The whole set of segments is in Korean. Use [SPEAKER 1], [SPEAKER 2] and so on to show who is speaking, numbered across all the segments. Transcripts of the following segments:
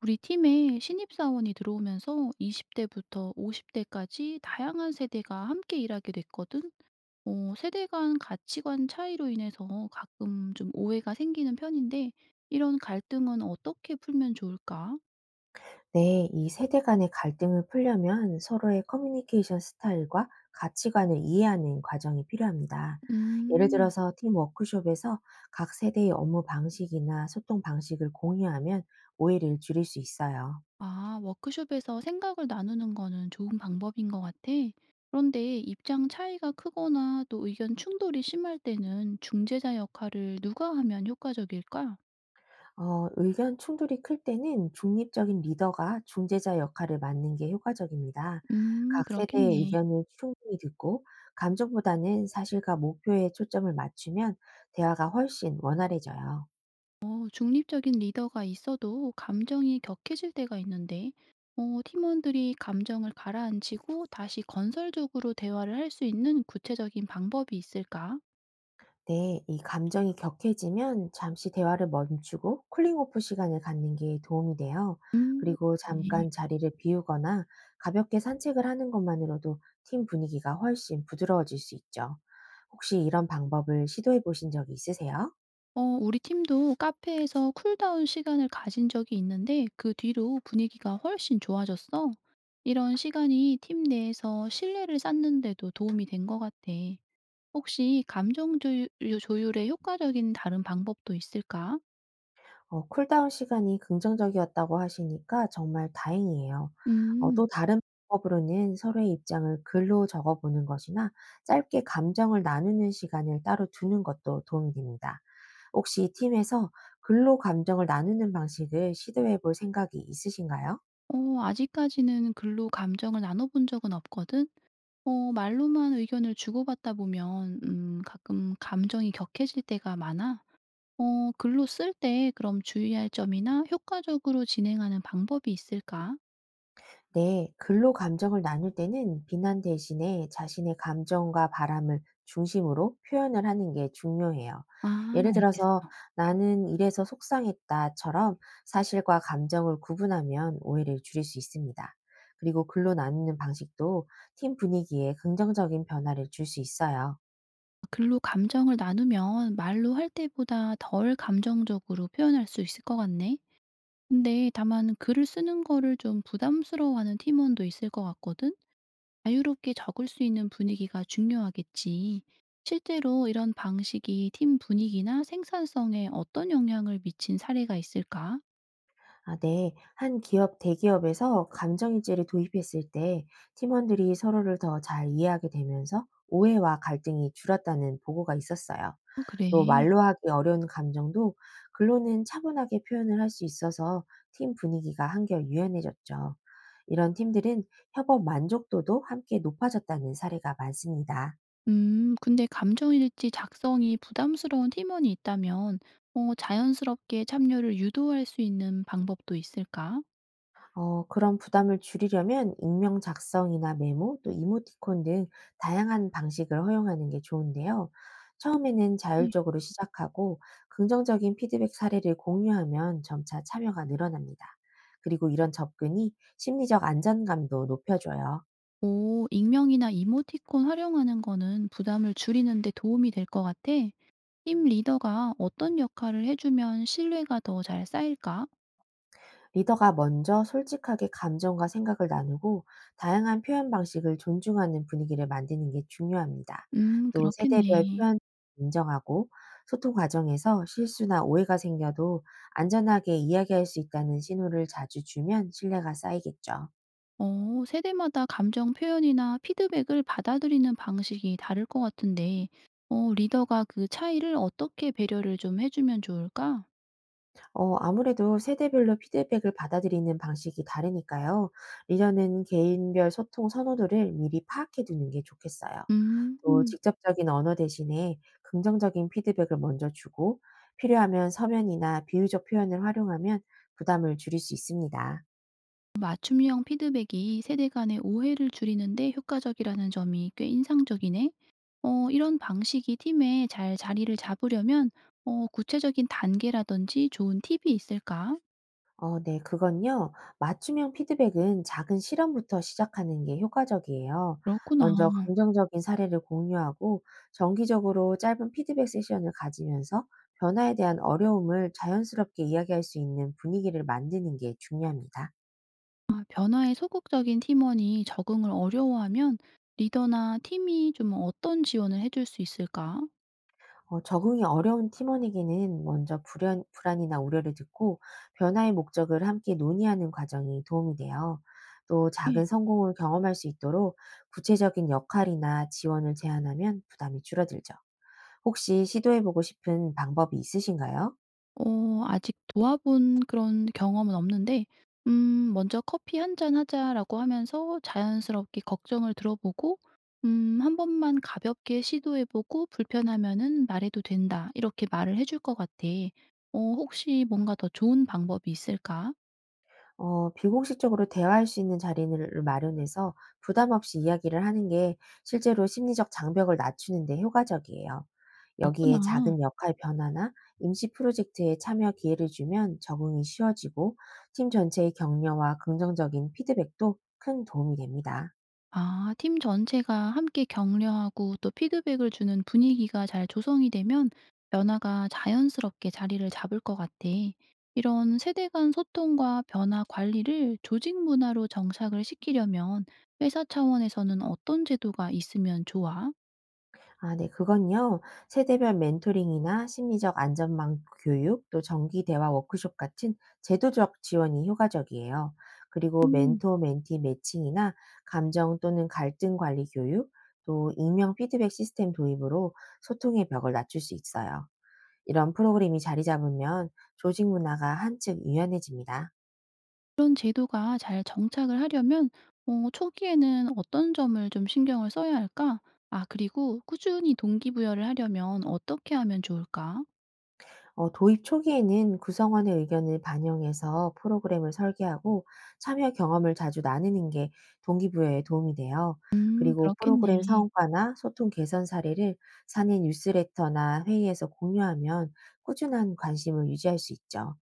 [SPEAKER 1] 우리 팀에 신입사원이 들어오면서 20대부터 50대까지 다양한 세대가 함께 일하게 됐거든. 세대 간 가치관 차이로 인해서 가끔 좀 오해가 생기는 편인데, 이런 갈등은 어떻게 풀면 좋을까?
[SPEAKER 2] 네, 이 세대 간의 갈등을 풀려면 서로의 커뮤니케이션 스타일과 가치관을 이해하는 과정이 필요합니다. 예를
[SPEAKER 1] 음,
[SPEAKER 2] 들어서 팀 워크숍에서 각 세대의 업무 방식이나 소통 방식을 공유하면 오해를 줄일 수 있어요.
[SPEAKER 1] 아, 워크숍에서 생각을 나누는 거는 좋은 방법인 것 같아. 그런데 입장 차이가 크거나 또 의견 충돌이 심할 때는 중재자 역할을 누가 하면 효과적일까?
[SPEAKER 2] 의견 충돌이 클 때는 중립적인 리더가 중재자 역할을 맡는 게 효과적입니다. 각 세대의
[SPEAKER 1] 그렇겠네.
[SPEAKER 2] 의견을 충분히 듣고 감정보다는 사실과 목표에 초점을 맞추면 대화가 훨씬 원활해져요.
[SPEAKER 1] 중립적인 리더가 있어도 감정이 격해질 때가 있는데, 팀원들이 감정을 가라앉히고 다시 건설적으로 대화를 할 수 있는 구체적인 방법이 있을까?
[SPEAKER 2] 네, 이 감정이 격해지면 잠시 대화를 멈추고 쿨링오프 시간을 갖는 게 도움이 돼요.
[SPEAKER 1] 음,
[SPEAKER 2] 그리고
[SPEAKER 1] 네.
[SPEAKER 2] 잠깐 자리를 비우거나 가볍게 산책을 하는 것만으로도 팀 분위기가 훨씬 부드러워질 수 있죠. 혹시 이런 방법을 시도해 보신 적이 있으세요?
[SPEAKER 1] 우리 팀도 카페에서 쿨다운 시간을 가진 적이 있는데, 그 뒤로 분위기가 훨씬 좋아졌어. 이런 시간이 팀 내에서 신뢰를 쌓는데도 도움이 된 것 같아. 혹시 감정 조율, 조율에 효과적인 다른 방법도 있을까?
[SPEAKER 2] 쿨다운 시간이 긍정적이었다고 하시니까 정말 다행이에요. 어,
[SPEAKER 1] 음.
[SPEAKER 2] 또 다른 방법으로는 서로의 입장을 글로 적어보는 것이나 짧게 감정을 나누는 시간을 따로 두는 것도 도움이 됩니다. 혹시 이 팀에서 근로 감정을 나누는 방식을 시도해 볼 생각이 있으신가요?
[SPEAKER 1] 아직까지는 글로 감정을 나눠 본 적은 없거든. 말로만 의견을 주고받다 보면 가끔 감정이 격해질 때가 많아. 글로 쓸 때 그럼 주의할 점이나 효과적으로 진행하는 방법이 있을까?
[SPEAKER 2] 네, 근로 감정을 나눌 때는 비난 대신에 자신의 감정과 바람을 중심으로 표현을 하는 게 중요해요.
[SPEAKER 1] 아
[SPEAKER 2] 예를
[SPEAKER 1] 알겠어.
[SPEAKER 2] 들어서 "나는 이래서 속상했다."처럼 사실과 감정을 구분하면 오해를 줄일 수 있습니다. 그리고 글로 나누는 방식도 팀 분위기에 긍정적인 변화를 줄 수 있어요.
[SPEAKER 1] 글로 감정을 나누면 말로 할 때보다 덜 감정적으로 표현할 수 있을 것 같네. 근데 다만 글을 쓰는 거를 좀 부담스러워하는 팀원도 있을 것 같거든. 자유롭게 적을 수 있는 분위기가 중요하겠지. 실제로 이런 방식이 팀 분위기나 생산성에 어떤 영향을 미친 사례가 있을까?
[SPEAKER 2] 아 네. 한 기업 대기업에서 감정인지를 도입했을 때 팀원들이 서로를 더 잘 이해하게 되면서 오해와 갈등이 줄었다는 보고가 있었어요.
[SPEAKER 1] 아, 그래.
[SPEAKER 2] 또 말로 하기 어려운 감정도 글로는 차분하게 표현을 할 수 있어서 팀 분위기가 한결 유연해졌죠. 이런 팀들은 협업 만족도도 함께 높아졌다는 사례가 많습니다.
[SPEAKER 1] 근데 감정일지 작성이 부담스러운 팀원이 있다면, 자연스럽게 참여를 유도할 수 있는 방법도 있을까?
[SPEAKER 2] 그런 부담을 줄이려면 익명 작성이나 메모, 또 이모티콘 등 다양한 방식을 허용하는 게 좋은데요. 처음에는
[SPEAKER 1] 예.
[SPEAKER 2] 자율적으로 시작하고 긍정적인 피드백 사례를 공유하면 점차 참여가 늘어납니다. 그리고 이런 접근이 심리적 안전감도 높여줘요.
[SPEAKER 1] 오, 익명이나 이모티콘 활용하는 거는 부담을 줄이는 데 도움이 될 것 같아. 팀 리더가 어떤 역할을 해주면 신뢰가 더 잘 쌓일까?
[SPEAKER 2] 리더가 먼저 솔직하게 감정과 생각을 나누고 다양한 표현 방식을 존중하는 분위기를 만드는 게 중요합니다. 또 세대별
[SPEAKER 1] 그렇겠네.
[SPEAKER 2] 표현 인정하고 소통 과정에서 실수나 오해가 생겨도 안전하게 이야기할 수 있다는 신호를 자주 주면 신뢰가 쌓이겠죠.
[SPEAKER 1] 세대마다 감정 표현이나 피드백을 받아들이는 방식이 다를 것 같은데 리더가 그 차이를 어떻게 배려를 좀 해 주면 좋을까?
[SPEAKER 2] 아무래도 세대별로 피드백을 받아들이는 방식이 다르니까요. 리더는 개인별 소통 선호도를 미리 파악해 두는 게 좋겠어요. 또
[SPEAKER 1] 음.
[SPEAKER 2] 직접적인 언어 대신에 긍정적인 피드백을 먼저 주고 필요하면 서면이나 비유적 표현을 활용하면 부담을 줄일 수 있습니다.
[SPEAKER 1] 맞춤형 피드백이 세대 간의 오해를 줄이는 데 효과적이라는 점이 꽤 인상적이네. 이런 방식이 팀에 잘 자리를 잡으려면 구체적인 단계라든지 좋은 팁이 있을까?
[SPEAKER 2] 어 네. 그건요. 맞춤형 피드백은 작은 실험부터 시작하는 게 효과적이에요. 먼저
[SPEAKER 1] 그렇구나.
[SPEAKER 2] 긍정적인 사례를 공유하고 정기적으로 짧은 피드백 세션을 가지면서 변화에 대한 어려움을 자연스럽게 이야기할 수 있는 분위기를 만드는 게 중요합니다.
[SPEAKER 1] 아, 변화에 소극적인 팀원이 적응을 어려워하면 리더나 팀이 좀 어떤 지원을 해줄 수 있을까?
[SPEAKER 2] 적응이 어려운 팀원에게는 먼저 불안 불안이나 우려를 듣고 변화의 목적을 함께 논의하는 과정이 도움이 돼요. 또
[SPEAKER 1] 예.
[SPEAKER 2] 작은 성공을 경험할 수 있도록 구체적인 역할이나 지원을 제안하면 부담이 줄어들죠. 혹시 시도해 보고 싶은 방법이 있으신가요?
[SPEAKER 1] 아직 도와본 그런 경험은 없는데, 먼저 커피 한 잔 하자라고 하면서 자연스럽게 걱정을 들어보고, 한 번만 가볍게 시도해보고 불편하면은 말해도 된다. 이렇게 말을 해줄 것 같아. 혹시 뭔가 더 좋은 방법이 있을까?
[SPEAKER 2] 비공식적으로 대화할 수 있는 자리를 마련해서 부담 없이 이야기를 하는 게 실제로 심리적 장벽을 낮추는 데 효과적이에요. 여기에
[SPEAKER 1] 그렇구나.
[SPEAKER 2] 작은 역할 변화나 임시 프로젝트에 참여 기회를 주면 적응이 쉬워지고 팀 전체의 격려와 긍정적인 피드백도 큰 도움이 됩니다.
[SPEAKER 1] 아 팀 전체가 함께 격려하고 또 피드백을 주는 분위기가 잘 조성이 되면 변화가 자연스럽게 자리를 잡을 것 같아. 이런 세대 간 소통과 변화 관리를 조직 문화로 정착을 시키려면 회사 차원에서는 어떤 제도가 있으면 좋아?
[SPEAKER 2] 아 네. 그건요. 세대별 멘토링이나 심리적 안전망 교육, 또 정기 대화 워크숍 같은 제도적 지원이 효과적이에요. 그리고
[SPEAKER 1] 음.
[SPEAKER 2] 멘토 멘티 매칭이나 감정 또는 갈등 관리 교육, 또 익명 피드백 시스템 도입으로 소통의 벽을 낮출 수 있어요. 이런 프로그램이 자리 잡으면 조직 문화가 한층 유연해집니다.
[SPEAKER 1] 이런 제도가 잘 정착을 하려면 초기에는 어떤 점을 좀 신경을 써야 할까? 아 그리고 꾸준히 동기부여를 하려면 어떻게 하면 좋을까?
[SPEAKER 2] 도입 초기에는 구성원의 의견을 반영해서 프로그램을 설계하고 참여 경험을 자주 나누는 게 동기부여에 도움이 돼요. 그리고 프로그램
[SPEAKER 1] 그렇겠네.
[SPEAKER 2] 성과나 소통 개선 사례를 사내 뉴스레터나 회의에서 공유하면 꾸준한 관심을 유지할 수 있죠.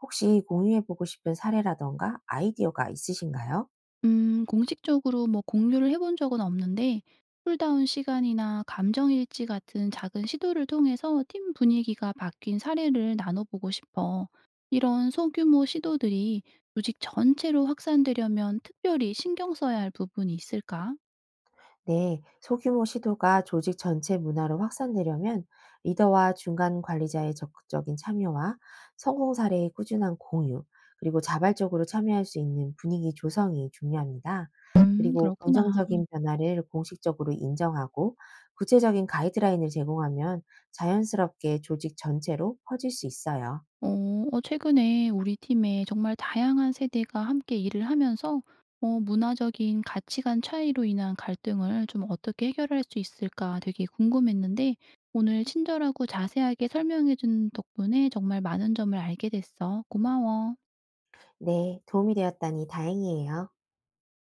[SPEAKER 2] 혹시 공유해보고 싶은 사례라던가 아이디어가 있으신가요?
[SPEAKER 1] 공식적으로 뭐 공유를 해본 적은 없는데 쿨다운 시간이나 감정 일지 같은 작은 시도를 통해서 팀 분위기가 바뀐 사례를 나눠 보고 싶어. 이런 소규모 시도들이 조직 전체로 확산되려면 특별히 신경 써야 할 부분이 있을까?
[SPEAKER 2] 네, 소규모 시도가 조직 전체 문화로 확산되려면 리더와 중간 관리자의 적극적인 참여와 성공 사례의 꾸준한 공유, 그리고 자발적으로 참여할 수 있는 분위기 조성이 중요합니다. 그리고
[SPEAKER 1] 그렇구나.
[SPEAKER 2] 긍정적인 변화를 공식적으로 인정하고 구체적인 가이드라인을 제공하면 자연스럽게 조직 전체로 퍼질 수 있어요.
[SPEAKER 1] 최근에 우리 팀에 정말 다양한 세대가 함께 일을 하면서 문화적인 가치관 차이로 인한 갈등을 좀 어떻게 해결할 수 있을까 되게 궁금했는데 오늘 친절하고 자세하게 설명해준 덕분에 정말 많은 점을 알게 됐어. 고마워.
[SPEAKER 2] 네, 도움이 되었다니 다행이에요.